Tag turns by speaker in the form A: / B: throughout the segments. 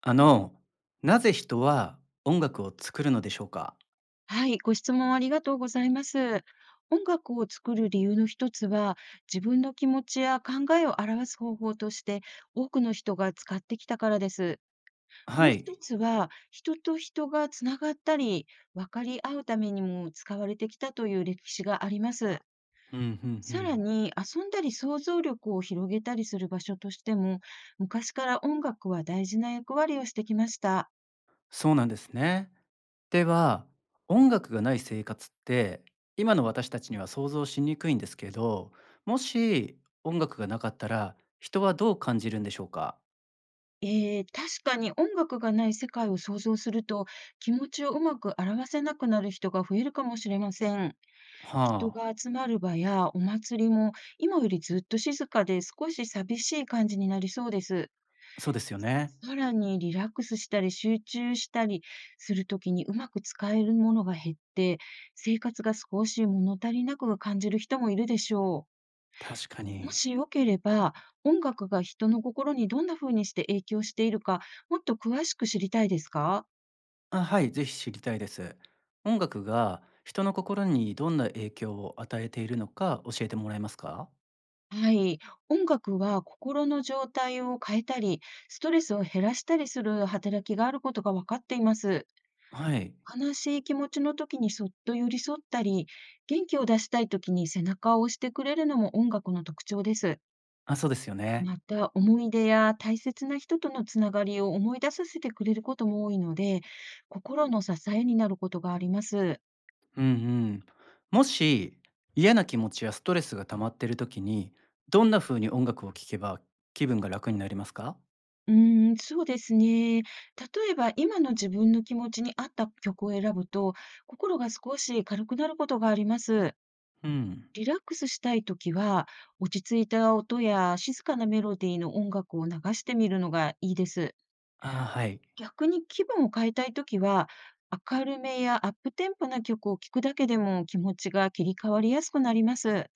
A: あの、なぜ人は音楽を作るのでしょうか？
B: はい、ご質問ありがとうございます。音楽を作る理由の一つは、自分の気持ちや考えを表す方法として、多くの人が使ってきたからです。も
A: は
B: う一
A: い。
B: つは、人と人がつながったり、分かり合うためにも使われてきたという歴史があります。
A: うん、うんう
B: さら
A: ん。
B: に、遊んだり想像力を広げたりする場所としても、昔から音楽は大事な役割をしてきました。
A: そうなんですね。では、音楽がない生活って、今の私たちには想像しにくいんですけど、もし音楽がなかったら、人はどう感じるんでしょうか？
B: ええ、確かに音楽がない世界を想像すると、気持ちをうまく表せなくなる人が増えるかもしれません。
A: は
B: 人が
A: あ、
B: 集まる場やお祭りも、今よりずっと静かで少し寂しい感じになりそうです。
A: そうですよね。
B: さらにリラックスしたり集中したりするときにうまく使えるものが減って、生活が少し物足りなく感じる人もいるでしょう。
A: 確か
B: も
A: に。
B: しよければ、音楽が人の心にどんな風にして影響しているか、もっと詳しく知りたいですか？
A: あ、はい、ぜひ知りたいです。音楽が人の心にどんな影響を与えているのか教えてもらえますか？
B: はい。音楽は心の状態を変えたり、ストレスを減らしたりする働きがあることが分かっています。
A: はい。
B: 悲しい気持ちの時にそっと寄り添ったり、元気を出したい時に背中を押してくれるのも音楽の特徴です。
A: あ、そうですよね。
B: また、思い出や大切な人とのつながりを思い出させてくれることも多いので、心の支えになることがあります。
A: うんうん。もし嫌な気持ちやストレスが溜まっている時に、どんな風に音楽を聴けば気分が楽になりますか？
B: うーん、そうですね。例えば、今の自分の気持ちに合った曲を選ぶと、心が少し軽くなることがあります。
A: うん。
B: リラックスしたいときは、落ち着いた音や静かなメロディーの音楽を流してみるのがいいです。
A: あーはい。
B: 逆に気分を変えたいときは、明るめやアップテンポな曲を聴くだけでも気持ちが切り替わりやすくなります。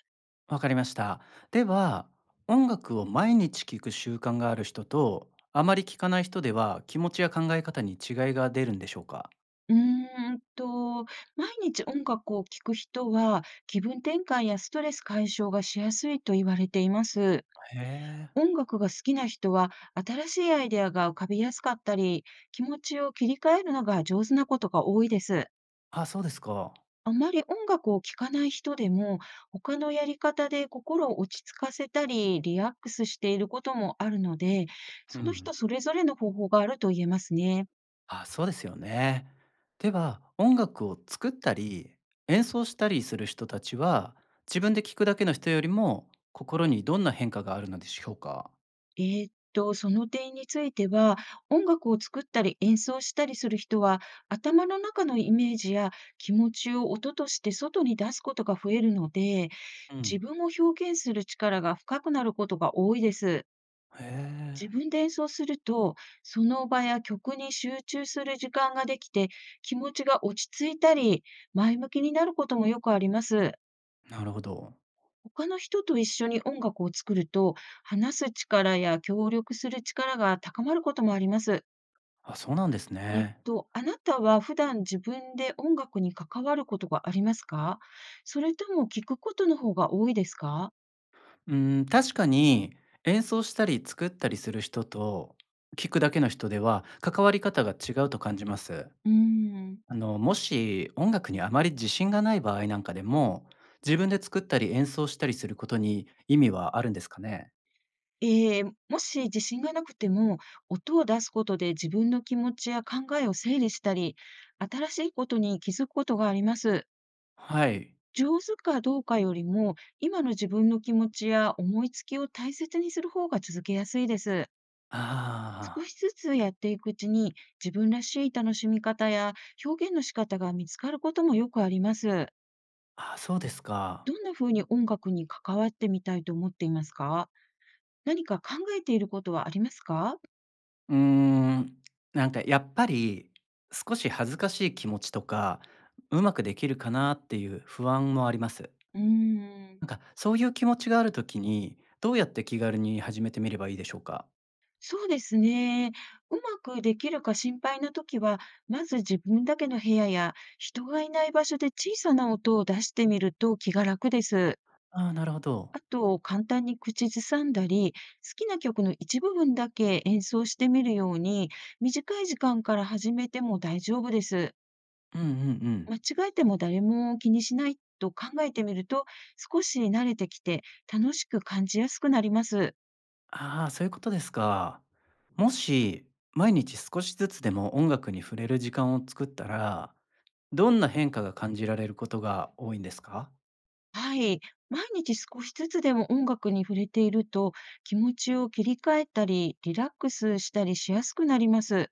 A: わかりました。では、音楽を毎日聴く習慣がある人と、あまり聴かない人では、気持ちや考え方に違いが出るんでしょうか？
B: うーんと、毎日音楽を聴く人は気分転換やストレス解消がしやすいと言われています。
A: へえ。
B: 音楽が好きな人は新しいアイデアが浮かびやすかったり、気持ちを切り替えるのが上手なことが多いです。
A: あ、そうですか。
B: あまり音楽を聴かない人でも、他のやり方で心を落ち着かせたり、リラックスしていることもあるので、
A: う
B: その
A: ん。
B: 人それぞれの方法があると言えますね。
A: あ、そうですよね。では、音楽を作ったり、演奏したりする人たちは、自分で聞くだけの人よりも、心にどんな変化があるのでしょうか？
B: その点については、音楽を作ったり演奏したりする人は、頭の中のイメージや気持ちを音として外に出すことが増えるので、
A: う
B: 自
A: ん。
B: 分を表現する力が深くなることが多いです。
A: へ
B: 自
A: え、
B: 分で演奏すると、その場や曲に集中する時間ができて、気持ちが落ち着いたり、前向きになることもよくあります。
A: なるほど。
B: 他の人と一緒に音楽を作ると、話す力や協力する力が高まることもあります。
A: あ、そうなんですね。
B: あなたは普段自分で音楽に関わることがありますか？それとも聞くことの方が多いですか？
A: うん、確かに演奏したり作ったりする人と、聞くだけの人では、関わり方が違うと感じます。
B: うーん。
A: もし音楽にあまり自信がない場合なんかでも、自分で作ったり演奏したりすることに意味はあるんですかね？
B: ええ、もし自信がなくても、音を出すことで自分の気持ちや考えを整理したり、新しいことに気づくことがあります。
A: はい。
B: 上手かどうかよりも、今の自分の気持ちや思いつきを大切にする方が続けやすいです。少
A: あ
B: しずつやっていくうちに、自分らしい楽しみ方や表現の仕方が見つかることもよくあります。
A: あ、そうですか。
B: どんな風に音楽に関わってみたいと思っていますか？何か考えていることはありますか？
A: うーん、なんかやっぱり少し恥ずかしい気持ちとか、うまくできるかなっていう不安もあります。
B: うーん。
A: なんかそういう気持ちがあるときに、どうやって気軽に始めてみればいいでしょうか？
B: そうですね。うまくできるか心配なときは、まず自分だけの部屋や人がいない場所で小さな音を出してみると気が楽です。
A: ああー、なるほど。
B: あと、簡単に口ずさんだり、好きな曲の一部分だけ演奏してみるように、短い時間から始めても大丈夫です。
A: うんうんう
B: 間
A: ん。
B: 違えても誰も気にしないと考えてみると、少し慣れてきて楽しく感じやすくなります。
A: ああ、そういうことですか。もし、毎日少しずつでも音楽に触れる時間を作ったら、どんな変化が感じられることが多いんですか？
B: はい。毎日少しずつでも音楽に触れていると、気持ちを切り替えたり、リラックスしたりしやすくなります。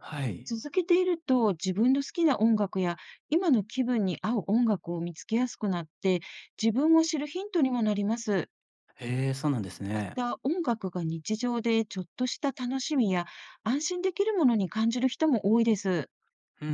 A: はい。
B: 続けていると、自分の好きな音楽や、今の気分に合う音楽を見つけやすくなって、自分を知るヒントにもなります。
A: へえ、そうなんです
B: ま
A: ね。
B: た、音楽が日常でちょっとした楽しみや、安心できるものに感じる人も多いです。
A: うんう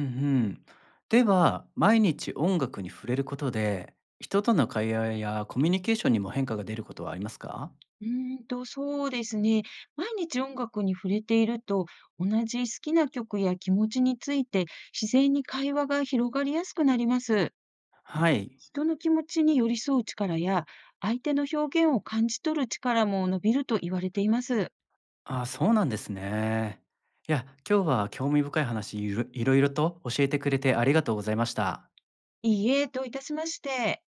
A: ん。では、毎日音楽に触れることで、人との会話やコミュニケーションにも変化が出ることはありますか？
B: うーそうですね。毎日音楽に触れていると、同じ好きな曲や気持ちについて、自然に会話が広がりやすくなります。
A: はい。
B: 人の気持ちに寄り添う力や、相手の表現を感じ取る力も伸びると言われています。
A: ああ、そうなんですね。いや、今日は興味深い話いろいろと教えてくれてありがとうございました。
B: いいえ、どういたしまして。